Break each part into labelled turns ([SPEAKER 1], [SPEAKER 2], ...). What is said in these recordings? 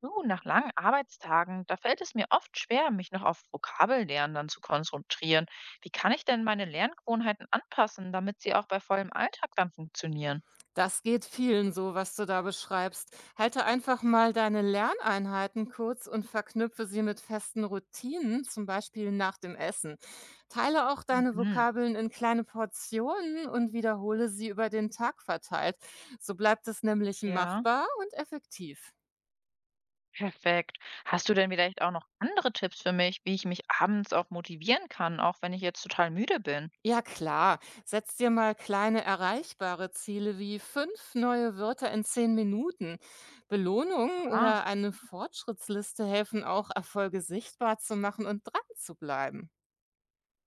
[SPEAKER 1] Du, nach langen Arbeitstagen, da fällt es mir oft schwer, mich noch auf Vokabellernen dann zu konzentrieren. Wie kann ich denn meine Lerngewohnheiten anpassen, damit sie auch bei vollem Alltag dann funktionieren?
[SPEAKER 2] Das geht vielen so, was du da beschreibst. Halte einfach mal deine Lerneinheiten kurz und verknüpfe sie mit festen Routinen, zum Beispiel nach dem Essen. Teile auch deine
[SPEAKER 1] Mhm.
[SPEAKER 2] Vokabeln in kleine Portionen und wiederhole sie über den Tag verteilt. So bleibt es nämlich
[SPEAKER 1] Ja,
[SPEAKER 2] machbar und effektiv.
[SPEAKER 1] perfekt. Hast du denn vielleicht auch noch andere Tipps für mich, wie ich mich abends auch motivieren kann, auch wenn ich jetzt total müde bin?
[SPEAKER 2] Ja klar, setz dir mal kleine erreichbare Ziele wie 5 neue Wörter in 10 Minuten. Belohnungen
[SPEAKER 1] Ah,
[SPEAKER 2] oder eine Fortschrittsliste helfen auch, Erfolge sichtbar zu machen und dran zu bleiben.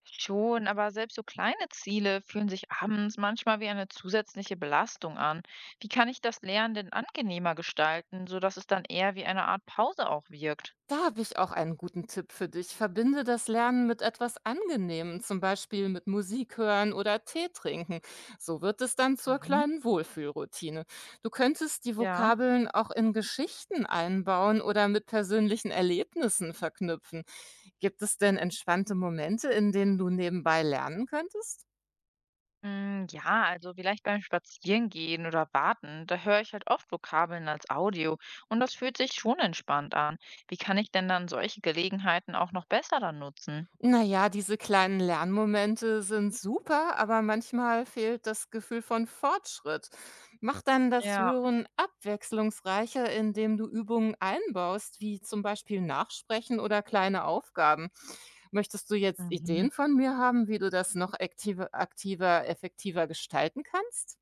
[SPEAKER 1] schon, aber selbst so kleine Ziele fühlen sich abends manchmal wie eine zusätzliche Belastung an. Wie kann ich das Lernen denn angenehmer gestalten, sodass es dann eher wie eine Art Pause auch wirkt?
[SPEAKER 2] Da habe ich auch einen guten Tipp für dich. Verbinde das Lernen mit etwas Angenehmem, zum Beispiel mit Musik hören oder Tee trinken. So wird es dann zur
[SPEAKER 1] Mhm.
[SPEAKER 2] kleinen Wohlfühlroutine. Du könntest die
[SPEAKER 1] Ja.
[SPEAKER 2] Vokabeln auch in Geschichten einbauen oder mit persönlichen Erlebnissen verknüpfen. Gibt es denn entspannte Momente, in denen du nebenbei lernen könntest?
[SPEAKER 1] Ja, also vielleicht beim Spazierengehen oder Warten, da höre ich halt oft Vokabeln als Audio und das fühlt sich schon entspannt an. Wie kann ich denn dann solche Gelegenheiten auch noch besser dann nutzen?
[SPEAKER 2] Na ja, diese kleinen Lernmomente sind super, aber manchmal fehlt das Gefühl von Fortschritt. Mach dann das
[SPEAKER 1] Ja.
[SPEAKER 2] Hören abwechslungsreicher, indem du Übungen einbaust, wie zum Beispiel Nachsprechen oder kleine Aufgaben. Möchtest du jetzt
[SPEAKER 1] Mhm.
[SPEAKER 2] Ideen von mir haben, wie du das noch effektiver gestalten kannst?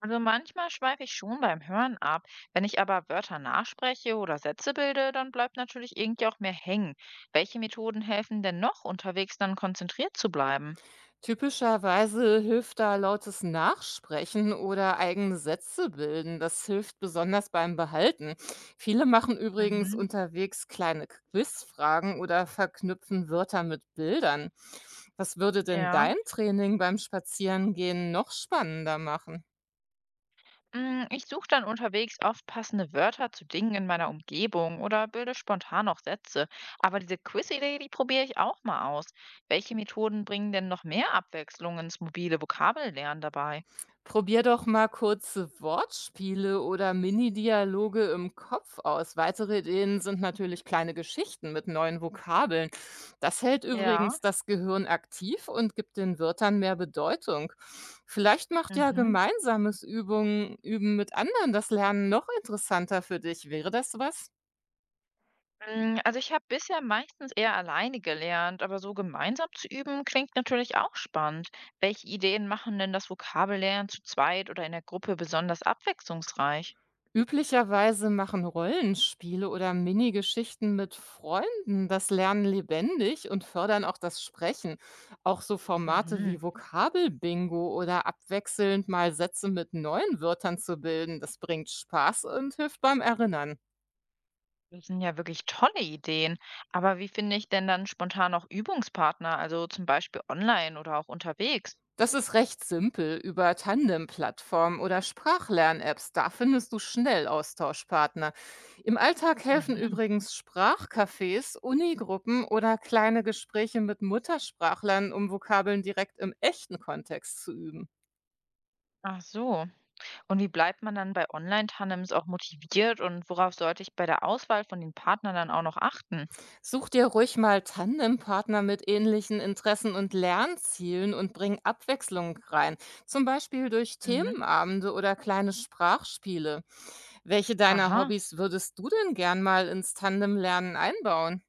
[SPEAKER 1] Also manchmal schweife ich schon beim Hören ab. Wenn ich aber Wörter nachspreche oder Sätze bilde, dann bleibt natürlich irgendwie auch mehr hängen. Welche Methoden helfen denn noch, unterwegs dann konzentriert zu bleiben?
[SPEAKER 2] Typischerweise hilft da lautes Nachsprechen oder eigene Sätze bilden. Das hilft besonders beim Behalten. Viele machen übrigens
[SPEAKER 1] Mhm.
[SPEAKER 2] unterwegs kleine Quizfragen oder verknüpfen Wörter mit Bildern. Was würde denn
[SPEAKER 1] Ja.
[SPEAKER 2] dein Training beim Spazierengehen noch spannender machen?
[SPEAKER 1] Ich suche dann unterwegs oft passende Wörter zu Dingen in meiner Umgebung oder bilde spontan noch Sätze. Aber diese Quiz-Idee, die probiere ich auch mal aus. Welche Methoden bringen denn noch mehr Abwechslung ins mobile Vokabellernen dabei?
[SPEAKER 2] Probier doch mal kurze Wortspiele oder Mini-Dialoge im Kopf aus. Weitere Ideen sind natürlich kleine Geschichten mit neuen Vokabeln. Das hält
[SPEAKER 1] Ja.
[SPEAKER 2] übrigens das Gehirn aktiv und gibt den Wörtern mehr Bedeutung. Vielleicht macht ja
[SPEAKER 1] Mhm.
[SPEAKER 2] gemeinsames Üben mit anderen das Lernen noch interessanter für dich. Wäre das was?
[SPEAKER 1] Also ich habe bisher meistens eher alleine gelernt, aber so gemeinsam zu üben klingt natürlich auch spannend. Welche Ideen machen denn das Vokabellernen zu zweit oder in der Gruppe besonders abwechslungsreich?
[SPEAKER 2] Üblicherweise machen Rollenspiele oder Minigeschichten mit Freunden das Lernen lebendig und fördern auch das Sprechen. Auch so Formate wie
[SPEAKER 1] Mhm.
[SPEAKER 2] Vokabelbingo oder abwechselnd mal Sätze mit neuen Wörtern zu bilden, das bringt Spaß und hilft beim Erinnern.
[SPEAKER 1] Das sind ja wirklich tolle Ideen. Aber wie finde ich denn dann spontan auch Übungspartner, also zum Beispiel online oder auch unterwegs?
[SPEAKER 2] Das ist recht simpel. Über Tandem-Plattformen oder Sprachlern-Apps, da findest du schnell Austauschpartner. Im Alltag helfen
[SPEAKER 1] Mhm.
[SPEAKER 2] übrigens Sprachcafés, Unigruppen oder kleine Gespräche mit Muttersprachlern, um Vokabeln direkt im echten Kontext zu üben.
[SPEAKER 1] Ach so. Und wie bleibt man dann bei Online-Tandems auch motiviert und worauf sollte ich bei der Auswahl von den Partnern dann auch noch achten?
[SPEAKER 2] Such dir ruhig mal Tandempartner mit ähnlichen Interessen und Lernzielen und bring Abwechslung rein, zum Beispiel durch
[SPEAKER 1] Mhm.
[SPEAKER 2] Themenabende oder kleine Sprachspiele. Welche deiner
[SPEAKER 1] Aha.
[SPEAKER 2] Hobbys würdest du denn gern mal ins Tandemlernen einbauen?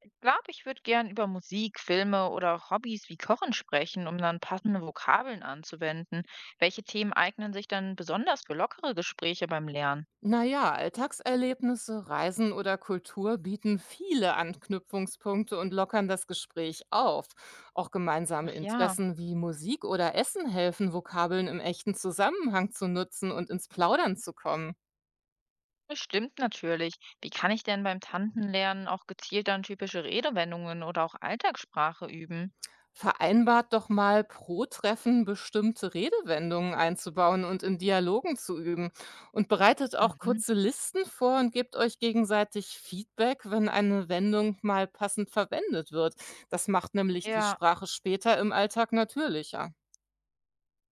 [SPEAKER 1] Ich glaube, ich würde gern über Musik, Filme oder auch Hobbys wie Kochen sprechen, um dann passende Vokabeln anzuwenden. Welche Themen eignen sich dann besonders für lockere Gespräche beim Lernen?
[SPEAKER 2] Naja, Alltagserlebnisse, Reisen oder Kultur bieten viele Anknüpfungspunkte und lockern das Gespräch auf. Auch gemeinsame
[SPEAKER 1] Ach ja.
[SPEAKER 2] Interessen wie Musik oder Essen helfen, Vokabeln im echten Zusammenhang zu nutzen und ins Plaudern zu kommen.
[SPEAKER 1] Das stimmt natürlich. Wie kann ich denn beim Tantenlernen auch gezielt dann typische Redewendungen oder auch Alltagssprache üben?
[SPEAKER 2] Vereinbart doch mal pro Treffen bestimmte Redewendungen einzubauen und in Dialogen zu üben. Und bereitet auch
[SPEAKER 1] Mhm.
[SPEAKER 2] kurze Listen vor und gebt euch gegenseitig Feedback, wenn eine Wendung mal passend verwendet wird. Das macht nämlich die
[SPEAKER 1] Ja,
[SPEAKER 2] Sprache später im Alltag natürlicher.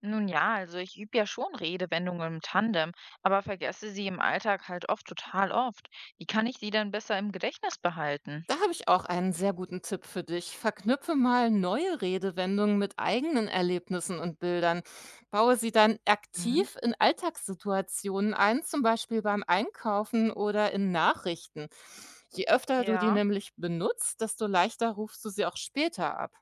[SPEAKER 1] nun ja, also ich übe ja schon Redewendungen im Tandem, aber vergesse sie im Alltag halt oft total oft. Wie kann ich sie denn besser im Gedächtnis behalten?
[SPEAKER 2] Da habe ich auch einen sehr guten Tipp für dich. Verknüpfe mal neue Redewendungen mit eigenen Erlebnissen und Bildern. Baue sie dann
[SPEAKER 1] Mhm.
[SPEAKER 2] aktiv in Alltagssituationen ein, zum Beispiel beim Einkaufen oder in Nachrichten. Je öfter du die
[SPEAKER 1] Ja,
[SPEAKER 2] nämlich benutzt, desto leichter rufst du sie auch später ab.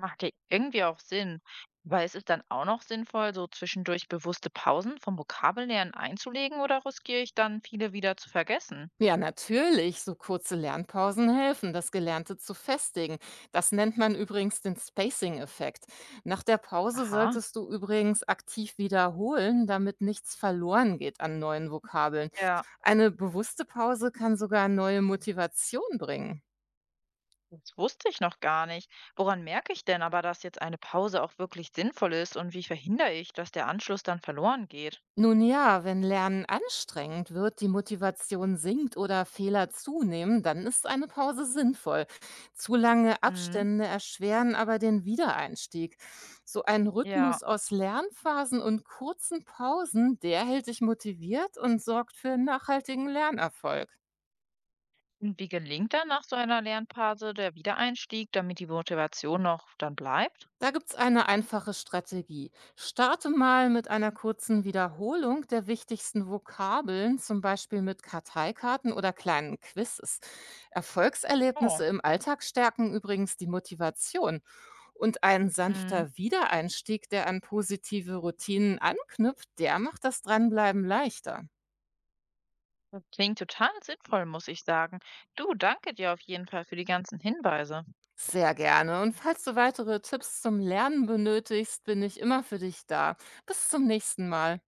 [SPEAKER 1] macht ja irgendwie auch Sinn. Aber ist es dann auch noch sinnvoll, so zwischendurch bewusste Pausen vom Vokabellernen einzulegen oder riskiere ich dann viele wieder zu vergessen?
[SPEAKER 2] Ja, natürlich. So kurze Lernpausen helfen, das Gelernte zu festigen. Das nennt man übrigens den Spacing-Effekt. Nach der Pause
[SPEAKER 1] Aha.
[SPEAKER 2] solltest du übrigens aktiv wiederholen, damit nichts verloren geht an neuen Vokabeln.
[SPEAKER 1] Ja.
[SPEAKER 2] Eine bewusste Pause kann sogar neue Motivation bringen.
[SPEAKER 1] Das wusste ich noch gar nicht. Woran merke ich denn aber, dass jetzt eine Pause auch wirklich sinnvoll ist und wie verhindere ich, dass der Anschluss dann verloren geht?
[SPEAKER 2] Nun ja, wenn Lernen anstrengend wird, die Motivation sinkt oder Fehler zunehmen, dann ist eine Pause sinnvoll. Zu lange
[SPEAKER 1] Mhm.
[SPEAKER 2] Abstände erschweren aber den Wiedereinstieg. So ein Rhythmus
[SPEAKER 1] Ja.
[SPEAKER 2] aus Lernphasen und kurzen Pausen, der hält dich motiviert und sorgt für nachhaltigen Lernerfolg.
[SPEAKER 1] Und wie gelingt dann nach so einer Lernpause der Wiedereinstieg, damit die Motivation noch dann bleibt?
[SPEAKER 2] Da gibt's eine einfache Strategie. Starte mal mit einer kurzen Wiederholung der wichtigsten Vokabeln, zum Beispiel mit Karteikarten oder kleinen Quizzes.
[SPEAKER 1] Oh,
[SPEAKER 2] Erfolgserlebnisse im Alltag stärken übrigens die Motivation. Und ein
[SPEAKER 1] mhm.
[SPEAKER 2] sanfter Wiedereinstieg, der an positive Routinen anknüpft, der macht das Dranbleiben leichter.
[SPEAKER 1] Das klingt total sinnvoll, muss ich sagen. Du, danke dir auf jeden Fall für die ganzen Hinweise.
[SPEAKER 2] Sehr gerne. Und falls du weitere Tipps zum Lernen benötigst, bin ich immer für dich da. Bis zum nächsten Mal.